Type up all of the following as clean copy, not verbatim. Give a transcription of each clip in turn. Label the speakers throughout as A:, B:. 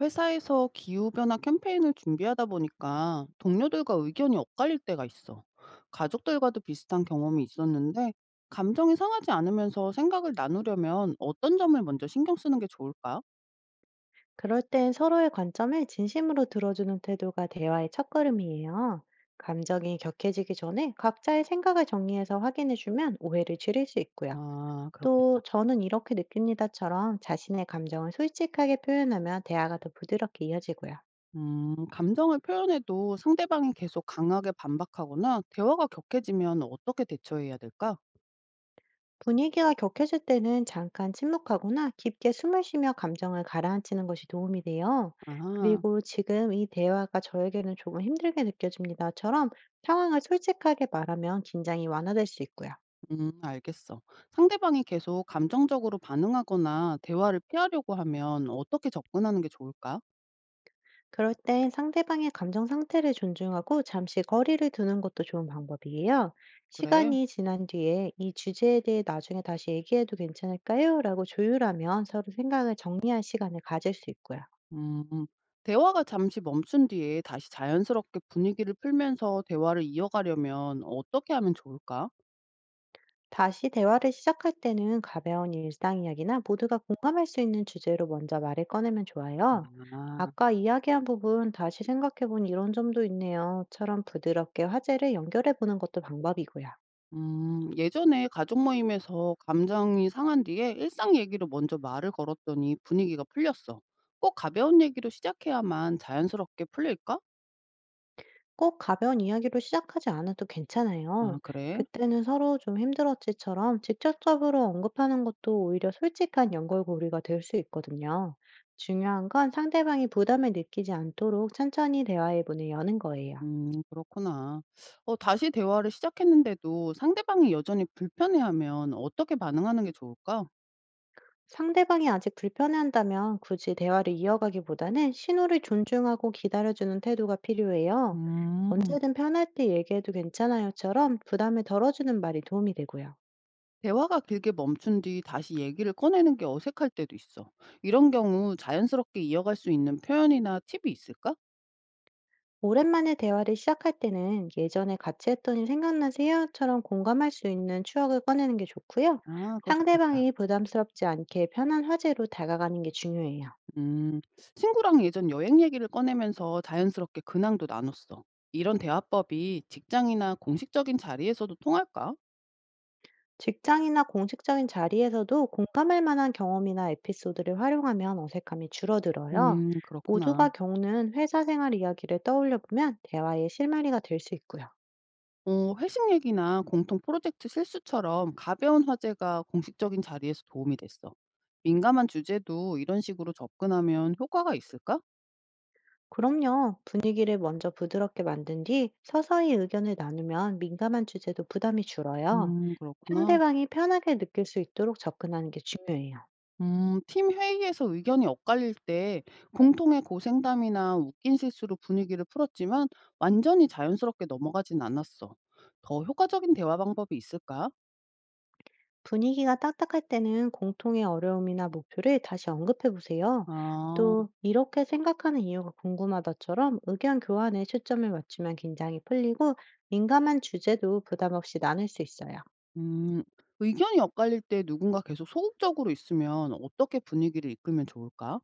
A: 회사에서 기후변화 캠페인을 준비하다 보니까 동료들과 의견이 엇갈릴 때가 있어. 가족들과도 비슷한 경험이 있었는데, 감정이 상하지 않으면서 생각을 나누려면 어떤 점을 먼저 신경 쓰는 게 좋을까?
B: 그럴 땐 서로의 관점을 진심으로 들어주는 태도가 대화의 첫걸음이에요. 감정이 격해지기 전에 각자의 생각을 정리해서 확인해주면 오해를 줄일 수 있고요.
A: 아,
B: 또,
A: 그렇겠다.
B: 저는 이렇게 느낍니다처럼 자신의 감정을 솔직하게 표현하면 대화가 더 부드럽게 이어지고요.
A: 감정을 표현해도 상대방이 계속 강하게 반박하거나 대화가 격해지면 어떻게 대처해야 될까?
B: 분위기가 격해질 때는 잠깐 침묵하거나 깊게 숨을 쉬며 감정을 가라앉히는 것이 도움이 돼요.
A: 아,
B: 그리고 지금 이 대화가 저에게는 조금 힘들게 느껴집니다처럼 상황을 솔직하게 말하면 긴장이 완화될 수 있고요.
A: 알겠어. 상대방이 계속 감정적으로 반응하거나 대화를 피하려고 하면 어떻게 접근하는 게 좋을까?
B: 그럴 땐 상대방의 감정 상태를 존중하고 잠시 거리를 두는 것도 좋은 방법이에요.
A: 그래?
B: 시간이 지난 뒤에 이 주제에 대해 나중에 다시 얘기해도 괜찮을까요? 라고 조율하면 서로 생각을 정리할 시간을 가질 수 있고요.
A: 음. 대화가 잠시 멈춘 뒤에 다시 자연스럽게 분위기를 풀면서 대화를 이어가려면 어떻게 하면 좋을까?
B: 다시 대화를 시작할 때는 가벼운 일상 이야기나 모두가 공감할 수 있는 주제로 먼저 말을 꺼내면 좋아요.
A: 아.
B: 아까 이야기한 부분 다시 생각해본 이런 점도 있네요.처럼 부드럽게 화제를 연결해 보는 것도 방법이고요.
A: 음. 예전에 가족 모임에서 감정이 상한 뒤에 일상 얘기로 먼저 말을 걸었더니 분위기가 풀렸어. 꼭 가벼운 얘기로 시작해야만 자연스럽게 풀릴까?
B: 꼭 가벼운 이야기로 시작하지 않아도
A: 아,
B: 괜찮아요.
A: 그래?
B: 그때는 서로 좀 힘들었지처럼 직접적으로 언급하는 것도 오히려 솔직한 연결고리가 될 수 있거든요. 중요한 건 상대방이 부담을 느끼지 않도록 천천히 대화의 문을 여는 거예요.
A: 그렇구나. 다시 대화를 시작했는데도 상대방이 여전히 불편해하면 어떻게 반응하는 게 좋을까?
B: 상대방이 아직 불편해한다면 굳이 대화를 이어가기보다는 신호를 존중하고 기다려주는 태도가 필요해요.
A: 음.
B: 언제든 편할 때 얘기해도 괜찮아요처럼 부담을 덜어주는 말이 도움이 되고요.
A: 대화가 길게 멈춘 뒤 다시 얘기를 꺼내는 게 어색할 때도 있어. 이런 경우 자연스럽게 이어갈 수 있는 표현이나 팁이 있을까?
B: 오랜만에 대화를 시작할 때는 예전에 같이 했던 일 생각나세요?처럼 공감할 수 있는 추억을 꺼내는 게 좋고요.
A: 아, 그거 좋겠다.
B: 상대방이 부담스럽지 않게 편한 화제로 다가가는 게 중요해요.
A: 음, 친구랑 예전 여행 얘기를 꺼내면서 자연스럽게 근황도 나눴어. 이런 대화법이 직장이나 공식적인 자리에서도 통할까?
B: 직장이나 공식적인 자리에서도 공감할 만한 경험이나 에피소드를 활용하면 어색함이 줄어들어요.
A: 그렇구나.
B: 모두가 겪는 회사 생활 이야기를 떠올려 보면 대화의 실마리가 될 수 있고요.
A: 회식 얘기나 공통 프로젝트 실수처럼 가벼운 화제가 공식적인 자리에서 도움이 됐어. 민감한 주제도 이런 식으로 접근하면 효과가 있을까?
B: 그럼요. 분위기를 먼저 부드럽게 만든 뒤 서서히 의견을 나누면 민감한 주제도 부담이 줄어요.
A: 그렇구나.
B: 상대방이 편하게 느낄 수 있도록 접근하는 게 중요해요.
A: 팀 회의에서 의견이 엇갈릴 때 공통의 고생담이나 웃긴 실수로 분위기를 풀었지만 완전히 자연스럽게 넘어가진 않았어. 더 효과적인 대화 방법이 있을까?
B: 분위기가 딱딱할 때는 공통의 어려움이나 목표를 다시 언급해 보세요.
A: 아,
B: 또, 이렇게 생각하는 이유가 궁금하다처럼 의견 교환에 초점을 맞추면 긴장이 풀리고 민감한 주제도 부담 없이 나눌 수 있어요.
A: 음. 의견이 엇갈릴 때 누군가 계속 소극적으로 있으면 어떻게 분위기를 이끌면 좋을까?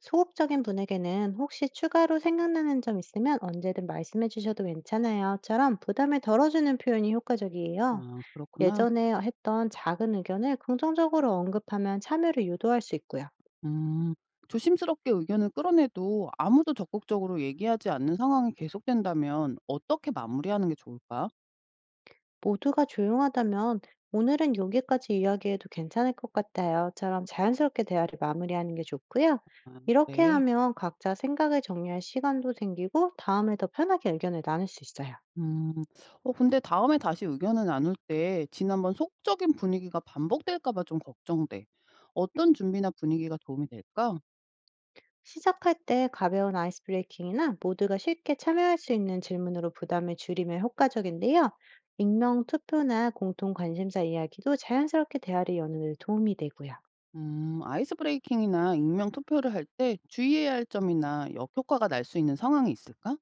B: 소극적인 분에게는 혹시 추가로 생각나는 점 있으면 언제든 말씀해 주셔도 괜찮아요.처럼 부담을 덜어주는 표현이 효과적이에요.
A: 아, 그렇구나.
B: 예전에 했던 작은 의견을 긍정적으로 언급하면 참여를 유도할 수 있고요.
A: 음. 조심스럽게 의견을 끌어내도 아무도 적극적으로 얘기하지 않는 상황이 계속된다면 어떻게 마무리하는 게 좋을까?
B: 모두가 조용하다면 "오늘은 여기까지 이야기해도 괜찮을 것 같아요."처럼 자연스럽게 대화를 마무리하는 게 좋고요.
A: 아,
B: 이렇게
A: 네.
B: 하면 각자 생각을 정리할 시간도 생기고 다음에 더 편하게 의견을 나눌 수 있어요.
A: 음. 근데 다음에 다시 의견을 나눌 때 지난번 속적인 분위기가 반복될까 봐 좀 걱정돼. 어떤 준비나 분위기가 도움이 될까?
B: 시작할 때 가벼운 아이스 브레이킹이나 모두가 쉽게 참여할 수 있는 질문으로 부담을 줄이면 효과적인데요. 익명 투표나 공통 관심사 이야기도 자연스럽게 대화를 여는 데 도움이 되고요.
A: 아이스 브레이킹이나 익명 투표를 할 때 주의해야 할 점이나 역효과가 날 수 있는 상황이 있을까?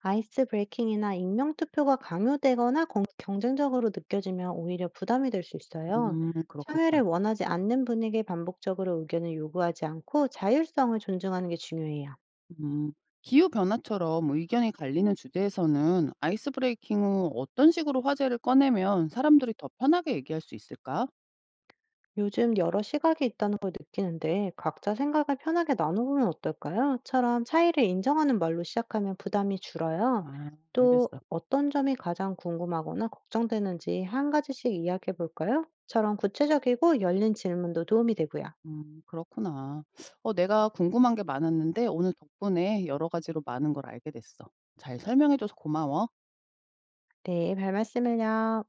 B: 아이스 브레이킹이나 익명 투표가 강요되거나 경쟁적으로 느껴지면 오히려 부담이 될 수 있어요. 참여를
A: 그렇겠다.
B: 원하지 않는 분에게 반복적으로 의견을 요구하지 않고 자율성을 존중하는 게 중요해요.
A: 음, 기후 변화처럼 의견이 갈리는 주제에서는 아이스 브레이킹 후 어떤 식으로 화제를 꺼내면 사람들이 더 편하게 얘기할 수 있을까?
B: 요즘 여러 시각이 있다는 걸 느끼는데 각자 생각을 편하게 나눠보면 어떨까요? 처럼 차이를 인정하는 말로 시작하면 부담이 줄어요.
A: 아,
B: 또
A: 알겠어.
B: 어떤 점이 가장 궁금하거나 걱정되는지 한 가지씩 이야기해 볼까요? 처럼 구체적이고 열린 질문도 도움이 되고요.
A: 그렇구나. 내가 궁금한 게 많았는데 오늘 덕분에 여러 가지로 많은 걸 알게 됐어. 잘 설명해 줘서 고마워.
B: 네, 별 말씀을요.